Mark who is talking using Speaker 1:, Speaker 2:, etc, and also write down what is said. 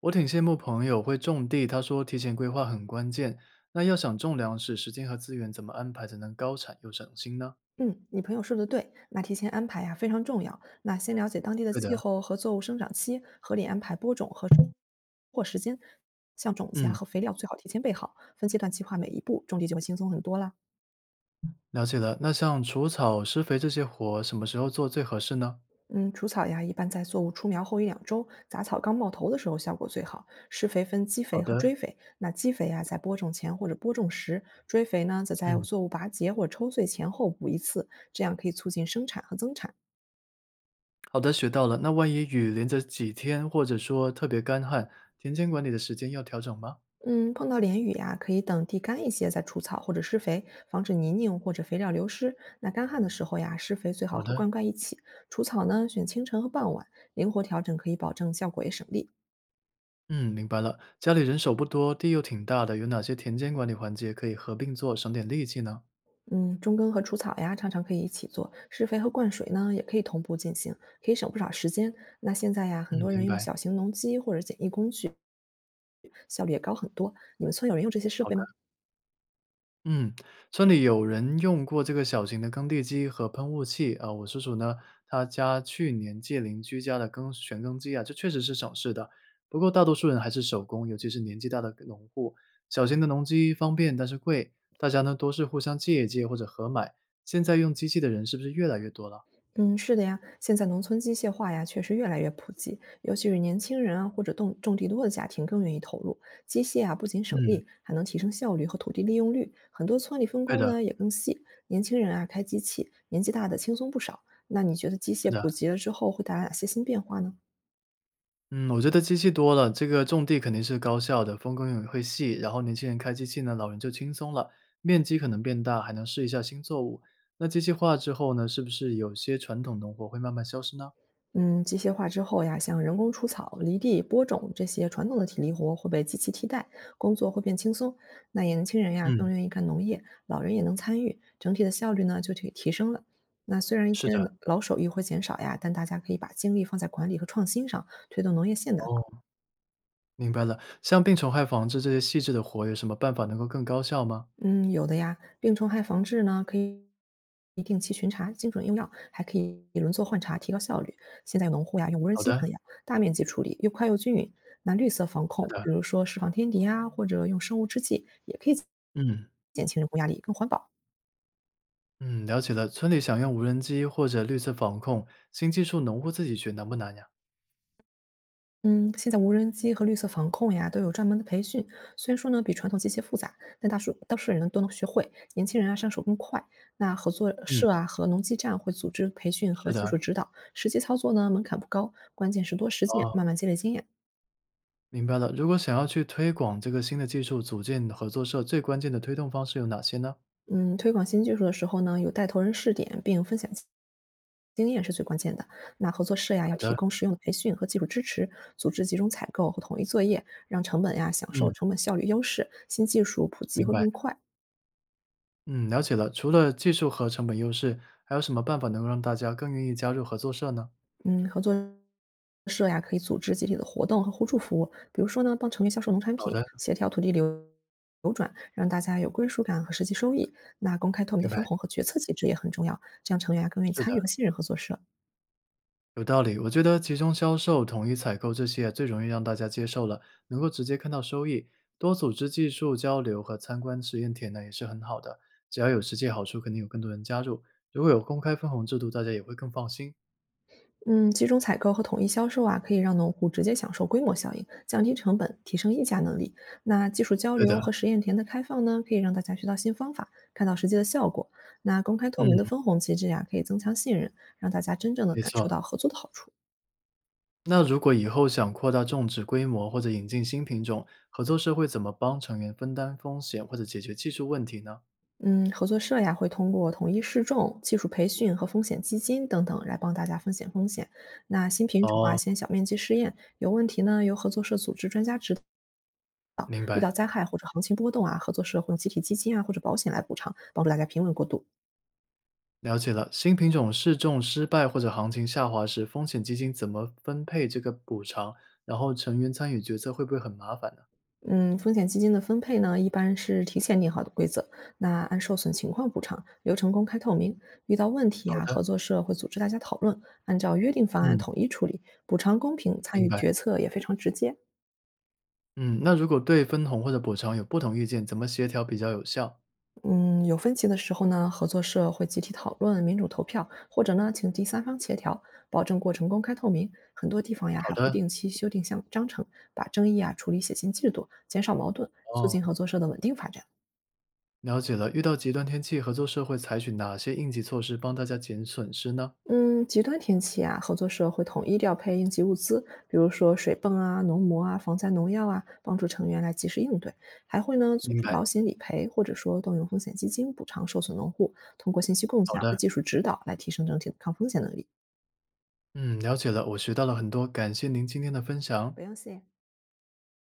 Speaker 1: 我挺羡慕朋友会种地，他说提前规划很关键。那要想种粮食，时间和资源怎么安排才能高产又省心呢？
Speaker 2: 嗯，你朋友说的对，那提前安排呀、非常重要。那先了解当地的
Speaker 1: 对
Speaker 2: 气
Speaker 1: 的，
Speaker 2: 候和作物生长期，合理安排播种和收获时间，像种子呀
Speaker 1: 嗯，
Speaker 2: 和肥料最好提前备好，分阶段计划每一步，种地就会轻松很多啦。
Speaker 1: 了解了。那像除草、施肥这些活，什么时候做最合适呢？
Speaker 2: 嗯，除草呀一般在作物出苗后一两周，杂草刚冒头的时候效果最好。施肥分基
Speaker 1: 好
Speaker 2: 肥和
Speaker 1: 的，
Speaker 2: 追肥，那基肥呀在播种前或者播种时，追肥呢则在
Speaker 1: 嗯，
Speaker 2: 作物拔节或者抽穗前后补一次，这样可以促进生产和增产。
Speaker 1: 好的，学到了。那万一雨连着几天，或者说特别干旱，田间管理的时间要调整吗？
Speaker 2: 嗯，碰到连雨呀、可以等地干一些再除草或者施肥，防止泥泞或者肥料流失。那干旱的时候呀，施肥最好
Speaker 1: 好
Speaker 2: 和
Speaker 1: 的，
Speaker 2: 灌溉一起，除草呢选清晨和傍晚，灵活调整可以保证效果也省力。
Speaker 1: 嗯，明白了。家里人手不多，地又挺大的，有哪些田间管理环节可以合并做，省点力气呢？
Speaker 2: 嗯，中耕和除草呀，常常可以一起做，施肥和灌水呢也可以同步进行，可以省不少时间。那现在呀，很
Speaker 1: 嗯，
Speaker 2: 多
Speaker 1: 明
Speaker 2: 人用
Speaker 1: 白。
Speaker 2: 小型农机或者简易工具，效率也高很多。你们村有人用这些设
Speaker 1: 好
Speaker 2: 备
Speaker 1: 的。
Speaker 2: 吗？
Speaker 1: 嗯，村里有人用过这个小型的耕地机和喷雾器啊。我叔叔呢，他家去年借邻居家的耕旋耕机啊，这确实是省事的。不过大多数人还是手工，尤其是年纪大的农户。小型的农机方便，但是贵，大家呢都是互相借一借或者合买。现在用机器的人是不是越来越多了？
Speaker 2: 嗯，是的呀，现在农村机械化呀，确实越来越普及，尤其是年轻人啊，或者种地多的家庭更愿意投入。机械啊，不仅省
Speaker 1: 嗯，
Speaker 2: 力，还能提升效率和土地利用率。很多村里分
Speaker 1: 对
Speaker 2: 工
Speaker 1: 的，
Speaker 2: 呢也更细，年轻人啊开机器，年纪大的轻松不少。那你觉得机
Speaker 1: 是
Speaker 2: 械
Speaker 1: 的。
Speaker 2: 普及了之后会带来哪些新变化呢？
Speaker 1: 嗯，我觉得机器多了，这个种地肯定是高效的，分工也会细。然后年轻人开机器呢，老人就轻松了，面积可能变大，还能试一下新作物。那机器化之后呢，是不是有些传统农活会慢慢消失呢？
Speaker 2: 嗯，机械化之后呀，像人工除草、犁地、播种这些传统的体力活会被机器替代，工作会变轻松。那年轻人呀更
Speaker 1: 嗯，
Speaker 2: 愿意干农业，老人也能参与，整体的效率呢就提升了。那虽然一
Speaker 1: 是
Speaker 2: 些
Speaker 1: 的，
Speaker 2: 老手艺会减少呀，但大家可以把精力放在管理和创新上，推动农业现代化。
Speaker 1: 哦，明白了。像病虫害防治这些细致的活，有什么办法能够更高效吗？
Speaker 2: 嗯，有的呀。病虫害防治呢，可以定期巡查，精准用药，还可以轮作换查，提高效率。现在有农户呀，用无人
Speaker 1: 好
Speaker 2: 机
Speaker 1: 的，
Speaker 2: 喷药，大面积处理，又快又均匀。那绿色防
Speaker 1: 是
Speaker 2: 控，
Speaker 1: 的，
Speaker 2: 比如说释放天敌呀，或者用生物制剂，也可以
Speaker 1: 嗯。
Speaker 2: 减轻人工压力，更环保。
Speaker 1: 嗯，了解了。村里想用无人机或者绿色防控新技术，农户自己学难不难呀？
Speaker 2: 嗯，现在无人机和绿色防控呀都有专门的培训，虽然说呢比传统机械复杂，但当人呢都能学会，年轻人啊上手更快。那合作
Speaker 1: 嗯，
Speaker 2: 社啊和农机站会组织培训和
Speaker 1: 是
Speaker 2: 技术
Speaker 1: 的，
Speaker 2: 指导，实际操作呢门槛不高，关键是多实践，慢
Speaker 1: 哦，
Speaker 2: 慢积累经验。
Speaker 1: 明白了。如果想要去推广这个新的技术，组建合作社最关键的推动方式有哪些呢？
Speaker 2: 嗯，推广新技术的时候呢，有带头人试点并分享经验是最关键的。那合作社呀
Speaker 1: 好
Speaker 2: 要提
Speaker 1: 的，
Speaker 2: 供实用的培训和技术支持，组织集中采购和统一作业，让成本呀享受
Speaker 1: 嗯，
Speaker 2: 成本效率优势，新技术普及
Speaker 1: 明
Speaker 2: 会
Speaker 1: 白，
Speaker 2: 更快。
Speaker 1: 嗯，了解了。除了技术和成本优势，还有什么办法能够让大家更愿意加入合作社呢？
Speaker 2: 嗯，合作社呀，可以组织集体的活动和互助服务，比如说呢，帮成员销售农产
Speaker 1: 好
Speaker 2: 品，
Speaker 1: 的，
Speaker 2: 协调土地流转，让大家有归属感和实际收益。那公开透明
Speaker 1: 明
Speaker 2: 的
Speaker 1: 白，
Speaker 2: 分红和决策机制也很重要，这样成员啊更愿意
Speaker 1: 是
Speaker 2: 参与
Speaker 1: 的，
Speaker 2: 和信任合作社。
Speaker 1: 有道理。我觉得集中销售、统一采购这些最容易让大家接受了，能够直接看到收益。多组织技术交流和参观实验田呢，也是很好的。只要有实际好处，肯定有更多人加入。如果有公开分红制度，大家也会更放心。
Speaker 2: 嗯，集中采购和统一销售啊，可以让农户直接享受规模效应，降低成本，提升议价能力。那技术交
Speaker 1: 对
Speaker 2: 流
Speaker 1: 的，
Speaker 2: 和实验田的开放呢，可以让大家学到新方法，看到实际的效果。那公开透明
Speaker 1: 嗯，
Speaker 2: 的分红机制呀、可以增强信任，让大家真正的
Speaker 1: 没
Speaker 2: 感
Speaker 1: 错。
Speaker 2: 受到合作的好处。
Speaker 1: 那如果以后想扩大种植规模或者引进新品种，合作社会怎么帮成员分担风险或者解决技术问题呢？
Speaker 2: 嗯，合作社呀会通过统一试种、技术培训和风险基金等等来帮大家分享风险。那新品种啊，
Speaker 1: 哦，
Speaker 2: 先小面积试验，有问题呢由合作社组织专家指导。
Speaker 1: 明
Speaker 2: 遇到
Speaker 1: 白，
Speaker 2: 灾害或者行情波动啊，合作社会用集体基金啊或者保险来补偿，帮助大家平稳过渡。
Speaker 1: 了解了。新品种试种失败或者行情下滑时，风险基金怎么分配这个补偿？然后成员参与决策会不会很麻烦呢？
Speaker 2: 嗯，风险基金的分配呢，一般是提前定好的规则，那按受损情况补偿，流程公开透明。遇到问题
Speaker 1: 好
Speaker 2: 啊，
Speaker 1: 的，
Speaker 2: 合作社会组织大家讨论，按照约定方案
Speaker 1: 嗯，
Speaker 2: 统一处理，补偿公平，参
Speaker 1: 明
Speaker 2: 与
Speaker 1: 白。
Speaker 2: 决策也非常直接。
Speaker 1: 嗯，那如果对分红或者补偿有不同意见，怎么协调比较有效？
Speaker 2: 嗯，有分歧的时候呢，合作社会集体讨论、民主投票，或者呢，请第三方协调，保证过程公开透明。很多地方呀，
Speaker 1: 好
Speaker 2: 还会
Speaker 1: 的，
Speaker 2: 定期修订项章程，把争议啊处理写进制度，减少矛盾，促进合
Speaker 1: 哦，
Speaker 2: 作社的稳定发展。
Speaker 1: 了解了。遇到极端天气，合作社会采取哪些应急措施帮大家减损失呢？
Speaker 2: 嗯，极端天气啊，合作社会统一调配应急物资，比如说水泵啊、农膜啊、防灾农药啊，帮助成员来及时应对。还会呢，组
Speaker 1: 明
Speaker 2: 织保
Speaker 1: 白。
Speaker 2: 险理赔，或者说动用风险基金补偿受损农户，通过信息共
Speaker 1: 好
Speaker 2: 享和
Speaker 1: 的，
Speaker 2: 技术指导来提升整体的抗风险能力。
Speaker 1: 嗯，了解了，我学到了很多，感谢您今天的分享。
Speaker 2: 不用谢。